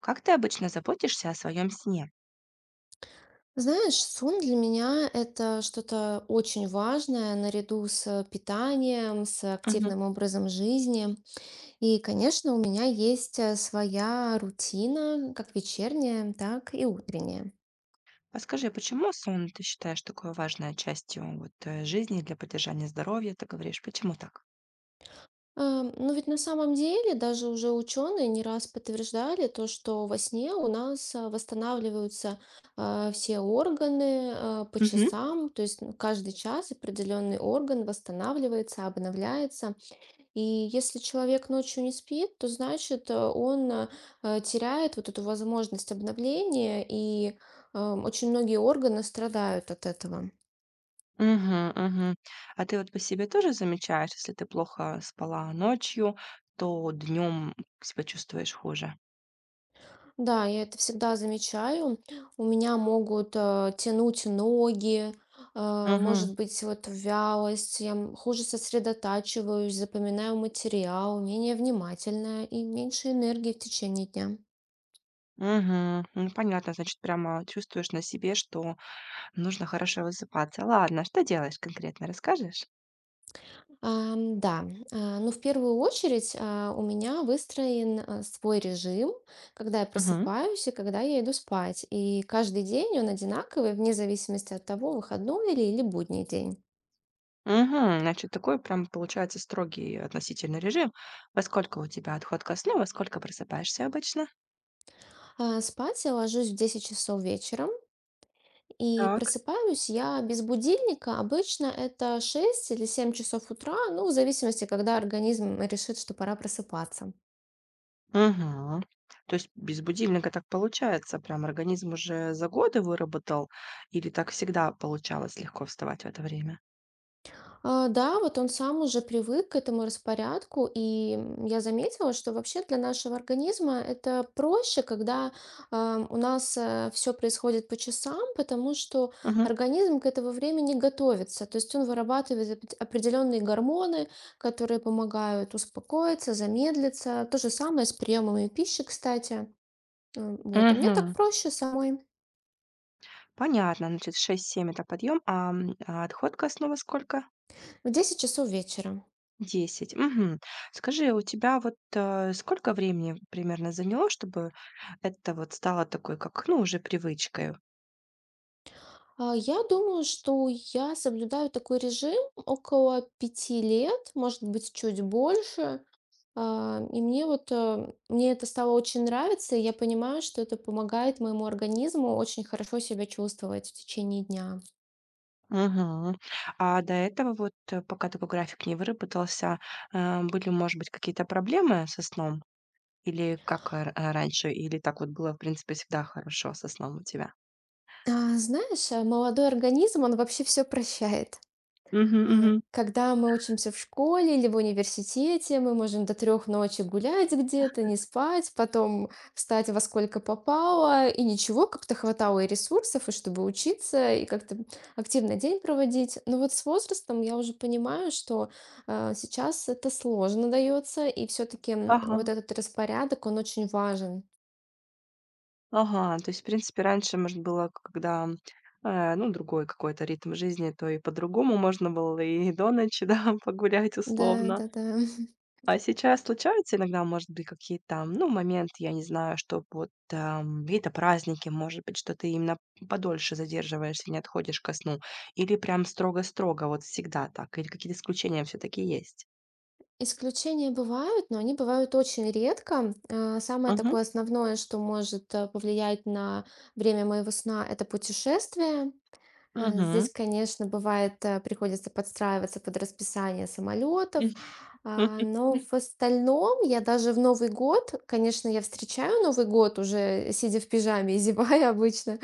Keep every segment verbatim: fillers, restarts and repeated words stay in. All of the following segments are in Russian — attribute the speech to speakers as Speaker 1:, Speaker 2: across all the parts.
Speaker 1: Как ты обычно заботишься о своем сне?
Speaker 2: Знаешь, сон для меня это что-то очень важное наряду с питанием, с
Speaker 1: Мгм.
Speaker 2: активным образом жизни. И, конечно, у меня есть э, своя рутина, как вечерняя, так и утренняя.
Speaker 1: Подскажи, почему сон ты считаешь такой важной частью вот, э, жизни для поддержания здоровья? Ты говоришь, почему так?
Speaker 2: А, Но ведь на самом деле даже уже ученые не раз подтверждали то, что во сне у нас а, восстанавливаются а, все органы а, по
Speaker 1: Мгм.
Speaker 2: часам, то есть ну, каждый час определенный орган восстанавливается, обновляется. И если человек ночью не спит, то значит, э, он э, э, теряет вот эту возможность обновления, и эм, очень многие органы страдают от этого.
Speaker 1: Мгм, мгм. А ты вот по себе тоже замечаешь, если ты плохо спала ночью, то днем себя чувствуешь хуже?
Speaker 2: Да, я это всегда замечаю. У меня могут э, тянуть ноги, э,
Speaker 1: Мгм,
Speaker 2: может быть, вот вялость, я м- хуже сосредотачиваюсь, запоминаю материал, менее внимательная и меньше энергии в течение дня.
Speaker 1: мгм. Ну, понятно, значит, прямо чувствуешь на себе, что нужно хорошо высыпаться. Ладно, что делаешь конкретно, расскажешь?
Speaker 2: Ам, Да. А, ну, в первую очередь а, у меня выстроен а, свой режим, когда я
Speaker 1: Мгм.
Speaker 2: просыпаюсь и когда я иду спать. И каждый день он одинаковый, вне зависимости от того, выходной или, или будний день.
Speaker 1: Мгм. Значит, такой прям получается строгий относительно режим. Во сколько у тебя отходка ко во сколько просыпаешься обычно?
Speaker 2: А, Спать я ложусь в десять часов вечером и
Speaker 1: Так.
Speaker 2: просыпаюсь я без будильника. Обычно это шесть или семь часов утра, ну в зависимости, когда организм решит, что пора просыпаться.
Speaker 1: Мгм. То есть без будильника так получается, прям организм уже за годы выработал или так всегда получалось легко вставать в это время?
Speaker 2: А, Да, вот он сам уже привык к этому распорядку, и м, я заметила, что вообще для нашего организма это проще, когда а, у нас все происходит по часам, потому что
Speaker 1: Мгм.
Speaker 2: организм к этому времени готовится, то есть он вырабатывает опре- определенные гормоны, которые помогают успокоиться, замедлиться. То же самое с приемами пищи, кстати. М, Вот, и мне так
Speaker 1: Мгм.
Speaker 2: проще самой
Speaker 1: Понятно, значит, шесть-семь это подъем, а, м, а отход ко сколько?
Speaker 2: в десять часов вечера.
Speaker 1: Десять. Мгм. Скажи, у тебя вот, э, сколько времени примерно заняло, чтобы это вот стало такой, как, ну, уже привычкой?
Speaker 2: А, я думаю, что я соблюдаю такой режим около пяти лет, может быть, чуть больше. А, и мне вот, э, мне это стало очень нравиться, и я понимаю, что это помогает моему организму очень хорошо себя чувствовать в течение дня.
Speaker 1: Мгм. А до этого вот, э, пока такой график не выработался, э, были, может быть, какие-то проблемы со сном? Или как э, раньше? Или так вот было, в принципе, всегда хорошо со сном у тебя?
Speaker 2: А, знаешь, э, молодой организм, он вообще все прощает.
Speaker 1: Мгм,
Speaker 2: А,
Speaker 1: мгм.
Speaker 2: Когда мы учимся в школе или в университете, мы можем до трех ночи гулять где-то, не спать, потом встать во сколько попало, и ничего, как-то хватало и ресурсов, и чтобы учиться, и как-то активно день проводить. Но вот с возрастом я уже понимаю, что а, сейчас это сложно дается, и все-таки
Speaker 1: Ага.
Speaker 2: вот этот распорядок, он очень важен.
Speaker 1: Ага, то есть, в принципе, раньше, может, было, к когда, э, ну, другой какой-то ритм жизни, то и по-другому можно было и до ночи, да, погулять
Speaker 2: Да,
Speaker 1: условно.
Speaker 2: да, да.
Speaker 1: А сейчас случаются иногда, может быть, какие-то там, ну, моменты, я не знаю, что вот там какие-то праздники, может быть, что ты именно подольше задерживаешься, не отходишь ко сну? Или прям строго-строго, вот всегда так? Или какие-то исключения все таки есть?
Speaker 2: Исключения бывают, но они бывают очень редко. А, Самое
Speaker 1: Мгм,
Speaker 2: такое основное, что может э, повлиять на время моего сна, это путешествие. Э,
Speaker 1: мгм.
Speaker 2: Здесь, конечно, бывает, э, приходится подстраиваться под расписание самолетов, а, но в остальном я даже в Новый год, конечно, я встречаю Новый год уже сидя в пижаме и зевая обычно,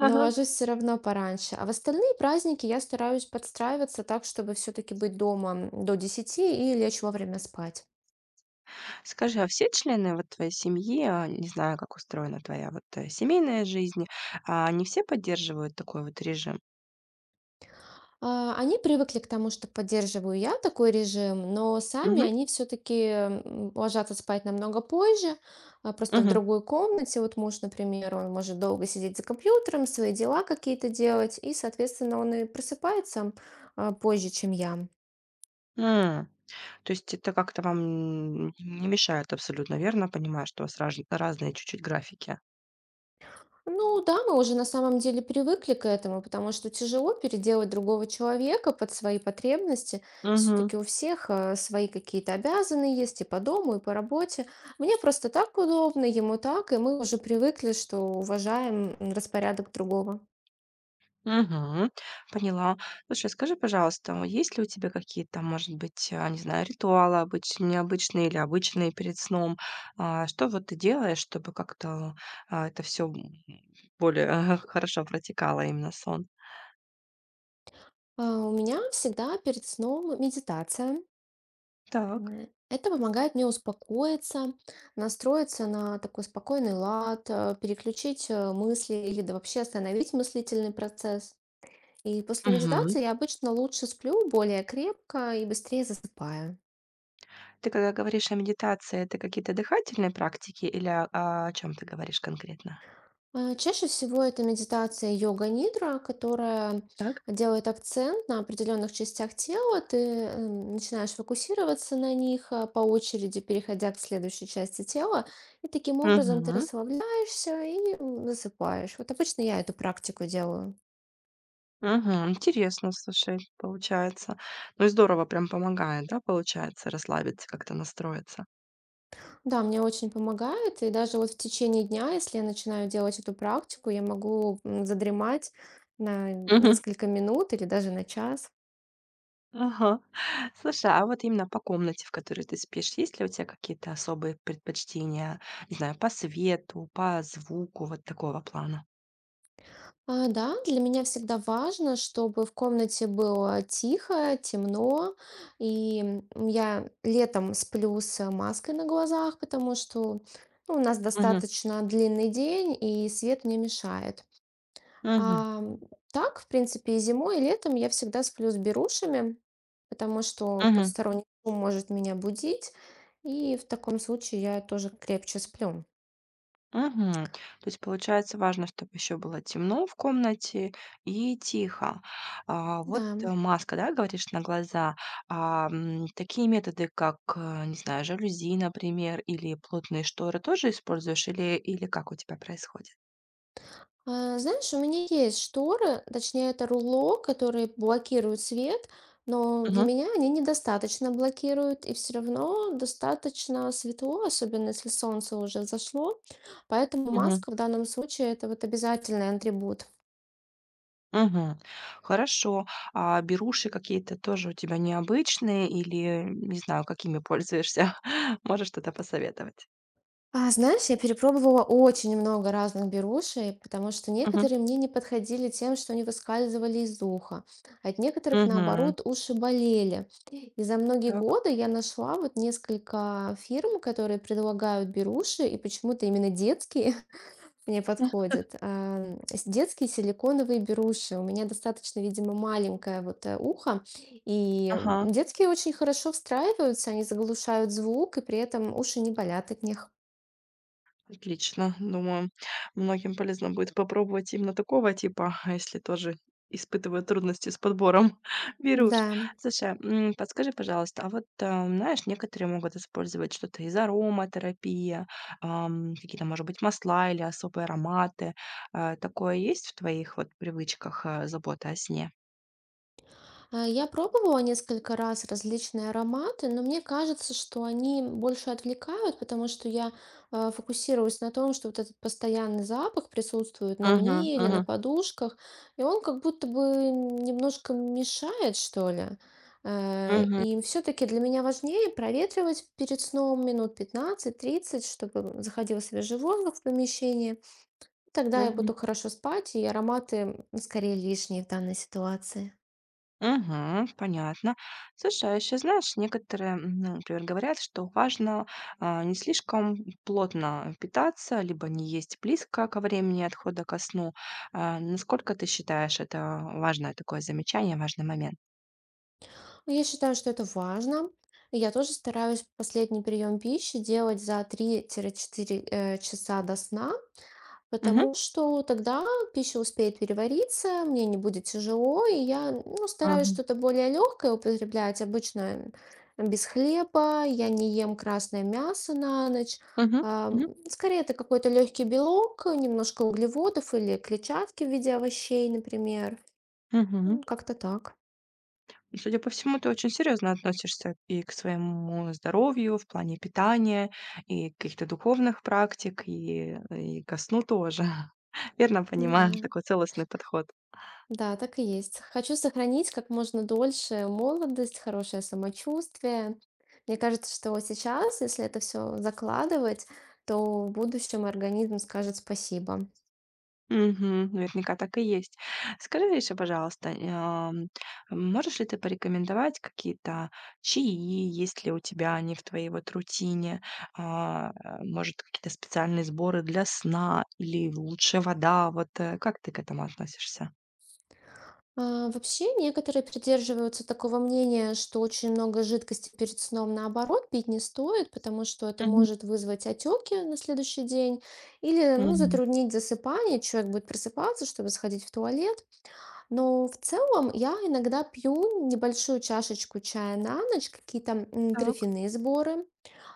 Speaker 2: но ложусь все равно пораньше. А в остальные праздники я стараюсь подстраиваться так, чтобы все-таки быть дома м, до десяти и лечь вовремя спать.
Speaker 1: Скажи, а все члены вот твоей семьи, а, не знаю, как устроена твоя вот, э, семейная жизнь, а, они все поддерживают такой вот режим?
Speaker 2: А, Они привыкли к тому, что поддерживаю я такой режим, но сами
Speaker 1: Мгм,
Speaker 2: они все-таки ложатся спать намного позже, а, просто в
Speaker 1: мгм.
Speaker 2: другой комнате. Вот муж, например, он может долго сидеть за компьютером, свои дела какие-то делать, и, соответственно, он и просыпается а, позже, чем я.
Speaker 1: М. То есть это как-то вам, м, не мешает абсолютно, верно понимаю, что у вас раж разные чуть-чуть графики?
Speaker 2: Ну да, мы уже на самом деле привыкли к этому, потому что тяжело переделать другого человека под свои потребности.
Speaker 1: Мгм.
Speaker 2: Все-таки у всех э, свои какие-то обязаны есть и по дому, и по работе. Мне просто так удобно, ему так, и мы уже привыкли, что уважаем м, распорядок другого.
Speaker 1: Мгм. Поняла. Слушай, скажи, пожалуйста, м, есть ли у тебя какие-то, может быть, а, не знаю, ритуалы обычные, необычные или обычные перед сном? А, Что вот ты делаешь, чтобы как-то а, это все более хорошо протекало именно сон?
Speaker 2: А у меня всегда перед сном медитация.
Speaker 1: Так.
Speaker 2: М, Это помогает мне успокоиться, настроиться на такой спокойный лад, э, переключить э, мысли или да вообще остановить мыслительный процесс. И после
Speaker 1: Мгм.
Speaker 2: медитации я обычно лучше сплю, более крепко и быстрее засыпаю.
Speaker 1: Ты когда говоришь о медитации, это какие-то дыхательные практики или о, о чем ты говоришь конкретно?
Speaker 2: А, Чаще всего это медитация йога-нидра, которая
Speaker 1: Так.
Speaker 2: делает акцент на определенных частях тела. Ты эм, начинаешь фокусироваться на них а, по очереди, переходя к следующей части тела. И таким образом ты
Speaker 1: Мгм.
Speaker 2: расслабляешься и м, засыпаешь. Вот обычно я эту практику делаю.
Speaker 1: Мгм. Интересно, слушай, получается. Ну и здорово, прям помогает, да, получается, расслабиться, как-то настроиться.
Speaker 2: Да, мне очень помогает. И даже вот в течение дня, если я начинаю делать эту практику, я могу м, задремать на
Speaker 1: Мгм.
Speaker 2: несколько минут или даже на час.
Speaker 1: Ага. Слушай, а вот именно по комнате, в которой ты спишь, есть ли у тебя какие-то особые предпочтения, не знаю, по свету, по звуку, вот такого плана?
Speaker 2: А, да, для меня всегда важно, чтобы в комнате было тихо, темно. И м, я летом сплю с маской на глазах, потому что ну, у нас
Speaker 1: Мгм.
Speaker 2: достаточно длинный день, и свет мне мешает.
Speaker 1: Мгм.
Speaker 2: Ам, так, в принципе, и зимой, и летом я всегда сплю с берушами, потому что
Speaker 1: Мгм.
Speaker 2: подсторонний шум может меня будить, и в таком случае я тоже крепче сплю.
Speaker 1: Мгм. То есть, получается, важно, чтобы еще было темно в комнате и тихо. А, вот,
Speaker 2: Да.
Speaker 1: э, маска, да, говоришь, на глаза. А, м, такие методы, как, э, не знаю, жалюзи, например, или плотные шторы тоже используешь или или как у тебя происходит?
Speaker 2: А, знаешь, у меня есть шторы, точнее, это руло, которые блокируют свет, но для
Speaker 1: Мгм.
Speaker 2: меня они недостаточно блокируют, и все равно достаточно светло, особенно если солнце уже взошло. Поэтому
Speaker 1: Мгм.
Speaker 2: маска в данном случае это вот обязательный атрибут.
Speaker 1: Мгм. Хорошо. А беруши какие-то тоже у тебя необычные или, не знаю, какими пользуешься? Можешь что-то посоветовать?
Speaker 2: А, знаешь, я перепробовала очень много разных берушей, потому что
Speaker 1: Мгм.
Speaker 2: некоторые мне не подходили тем, что они выскальзывали из уха. А От некоторых,
Speaker 1: Мгм.
Speaker 2: наоборот, уши болели. И за многие
Speaker 1: Так.
Speaker 2: годы я нашла вот несколько фирм, которые предлагают беруши, и почему-то именно детские мне подходят. А, с- Детские силиконовые беруши. У меня достаточно, видимо, маленькое вот э, ухо, и
Speaker 1: Ага.
Speaker 2: детские очень хорошо встраиваются, они заглушают звук, и при этом уши не болят от них.
Speaker 1: Отлично. Думаю, многим полезно будет попробовать именно такого типа, а если тоже испытывают трудности с подбором беруш.
Speaker 2: Да.
Speaker 1: Слушай, м, подскажи, пожалуйста, а вот, а, знаешь, некоторые могут использовать что-то из ароматерапии, ам, какие-то, может быть, масла или особые ароматы. А, такое есть в твоих вот привычках, а, забота о сне?
Speaker 2: А, я пробовала несколько раз различные ароматы, но мне кажется, что они больше отвлекают, потому что я а, фокусируюсь на том, что вот этот постоянный запах присутствует на
Speaker 1: Угу,
Speaker 2: мне или на
Speaker 1: угу,
Speaker 2: подушках, и он как будто бы немножко мешает, что ли. Э,
Speaker 1: угу,
Speaker 2: И все-таки для меня важнее проветривать перед сном минут пятнадцать тридцать, чтобы заходил свежий воздух в помещение. Тогда я
Speaker 1: мгм.
Speaker 2: буду хорошо спать, и ароматы м, скорее лишние в данной ситуации.
Speaker 1: Мгм. Понятно. Слушай, а еще, знаешь, некоторые, м, ну, например, говорят, что важно, а, не слишком плотно питаться, либо не есть близко ко времени отхода ко сну. А, насколько ты считаешь это важное такое замечание, важный момент?
Speaker 2: Ну, я считаю, что это важно. И я тоже стараюсь последний прием пищи делать за три-четыре э, часа до сна,
Speaker 1: Мгм.
Speaker 2: потому что тогда пища успеет перевариться, мне не будет тяжело, и я ну, стараюсь
Speaker 1: Мгм.
Speaker 2: что-то более легкое употреблять. Обычно без хлеба, я не ем красное мясо на ночь.
Speaker 1: Мгм.
Speaker 2: Ам,
Speaker 1: Мгм.
Speaker 2: Скорее, это какой-то легкий белок, немножко углеводов или клетчатки в виде овощей, например. М, Как-то так.
Speaker 1: И, Судя по всему, ты очень серьезно относишься и к своему здоровью в плане питания, и каких-то духовных практик, и, и ко сну тоже. Верно понимаю,
Speaker 2: Да.
Speaker 1: такой целостный подход.
Speaker 2: Да, так и есть. Хочу сохранить как можно дольше молодость, хорошее самочувствие. Мне кажется, что сейчас, если это все закладывать, то в будущем организм скажет спасибо.
Speaker 1: Мгм. Наверняка так и есть. Скажи еще, пожалуйста, ам, можешь ли ты порекомендовать какие-то чаи, есть ли у тебя они в твоей вот рутине? А, э, может, какие-то специальные сборы для сна или лучше вода? Вот, э, как ты к этому относишься?
Speaker 2: А, вообще, некоторые придерживаются такого мнения, что очень много жидкости перед сном наоборот пить не стоит, потому что это
Speaker 1: Мгм.
Speaker 2: может вызвать отеки на следующий день или ну,
Speaker 1: Мгм.
Speaker 2: затруднить засыпание. Человек будет просыпаться, чтобы сходить в туалет. Но в целом, я иногда пью небольшую чашечку чая на ночь, какие-то м,
Speaker 1: Так.
Speaker 2: трофяные сборы.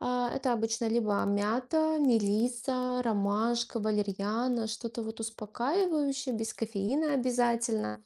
Speaker 2: А, Это обычно либо мята, мелиса, ромашка, валерьяна, что-то вот успокаивающее, без кофеина обязательно.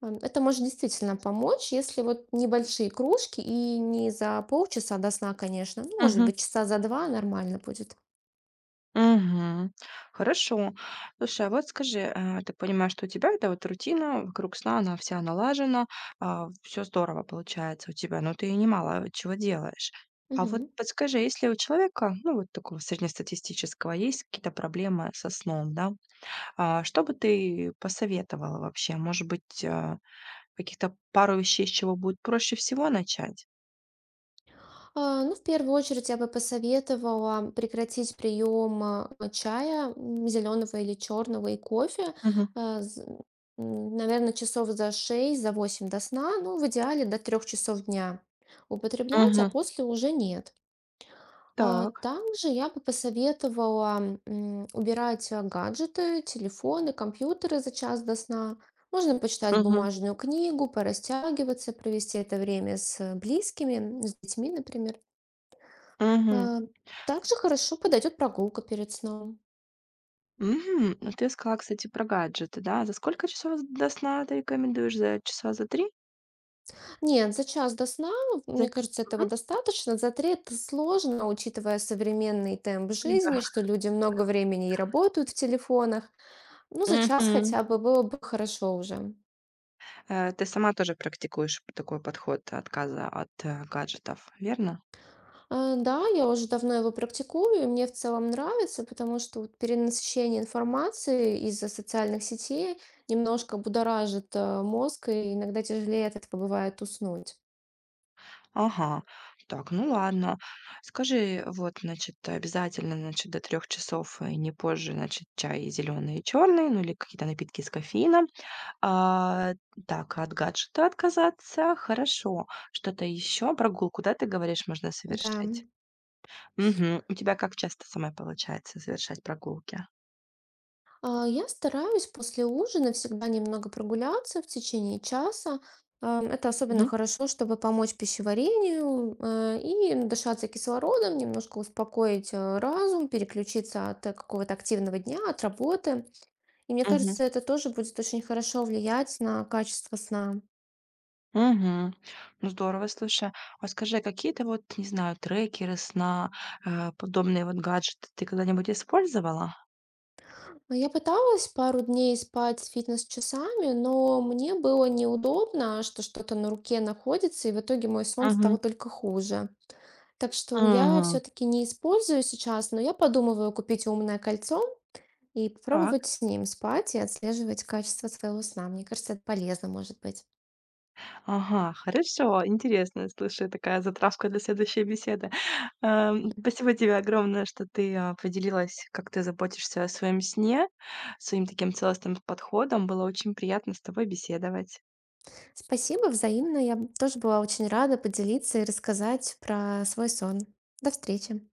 Speaker 2: Ам, Это может действительно помочь, если вот небольшие кружки и не за полчаса до сна, конечно. Ну, может
Speaker 1: Мгм.
Speaker 2: быть, часа за два нормально будет.
Speaker 1: Мгм. Хорошо. Слушай, а вот скажи, э, ты понимаешь, что у тебя эта вот рутина вокруг сна, она вся налажена, все здорово получается у тебя, но ты немало чего делаешь. А вот подскажи, если у человека, ну, вот такого среднестатистического, есть какие-то проблемы со сном, да, а, что бы ты посоветовала вообще? Может быть, а, каких-то пару вещей, с чего будет проще всего начать?
Speaker 2: А, Ну, в первую очередь я бы посоветовала прекратить прием а, чая зеленого или черного и кофе,
Speaker 1: Мгм.
Speaker 2: наверное, часов за шесть, за восемь до сна, ну, в идеале до трех часов дня употреблять, а
Speaker 1: Мгм.
Speaker 2: после уже нет. А,
Speaker 1: Так.
Speaker 2: Также я бы посоветовала м, убирать а, гаджеты, телефоны, компьютеры за час до сна. Можно почитать
Speaker 1: Мгм.
Speaker 2: бумажную книгу, порастягиваться, провести это время с э, близкими, с детьми, например.
Speaker 1: Мгм.
Speaker 2: А, также хорошо подойдет прогулка перед сном.
Speaker 1: Мгм. Ну, ты сказала, кстати, про гаджеты, да. За сколько часов до сна ты рекомендуешь? За часа за три?
Speaker 2: Нет, за час до сна,
Speaker 1: За
Speaker 2: мне кажется, этого
Speaker 1: Мгм.
Speaker 2: достаточно. За три это сложно, учитывая современный темп жизни,
Speaker 1: Да.
Speaker 2: что люди много времени и работают в телефонах. Ну, за час
Speaker 1: Мгм.
Speaker 2: хотя бы было бы хорошо уже.
Speaker 1: Э, ты сама тоже практикуешь такой подход отказа от, э, гаджетов, верно?
Speaker 2: А, да, я уже давно его практикую, и мне в целом нравится, потому что вот перенасыщение информации из-за социальных сетей немножко будоражит, э, мозг, и иногда тяжелее от этого бывает уснуть.
Speaker 1: Ага. Так, ну ладно. Скажи, вот, значит, обязательно, значит, до трех часов и не позже, значит, чай зеленый и черный, ну, или какие-то напитки с кофеином. А, так, от гаджета отказаться, хорошо. Что-то еще? Прогулку, да, ты говоришь, можно
Speaker 2: Да.
Speaker 1: совершить? Мгм. У тебя как часто самой получается совершать прогулки?
Speaker 2: А, Я стараюсь после ужина всегда немного прогуляться в течение часа. Ам, Это особенно
Speaker 1: Мгм.
Speaker 2: хорошо, чтобы помочь пищеварению э, и дышаться кислородом, немножко успокоить э, разум, переключиться от э, какого-то активного дня, от работы. И мне
Speaker 1: Мгм.
Speaker 2: кажется, это тоже будет очень хорошо влиять на качество сна.
Speaker 1: Мгм. Ну, здорово, слушай. А скажи, какие-то вот, не знаю, трекеры сна, э, подобные вот гаджеты ты когда-нибудь использовала?
Speaker 2: А Я пыталась пару дней спать с фитнес-часами, но мне было неудобно, что что-то на руке находится, и в итоге мой сон
Speaker 1: Мгм.
Speaker 2: стал только хуже. Так что я
Speaker 1: Мгм.
Speaker 2: все-таки не использую сейчас, но я подумываю купить умное кольцо и
Speaker 1: Так.
Speaker 2: попробовать с ним спать и отслеживать качество своего сна. Мне кажется, это полезно может быть.
Speaker 1: Ага, хорошо, интересно. Слушай, такая затравка для следующей беседы. Эм, спасибо тебе огромное, что ты, а, поделилась, как ты заботишься о своем сне, своим таким целостным подходом. Было очень приятно с тобой беседовать.
Speaker 2: Спасибо, взаимно. Я тоже была очень рада поделиться и рассказать про свой сон. До встречи.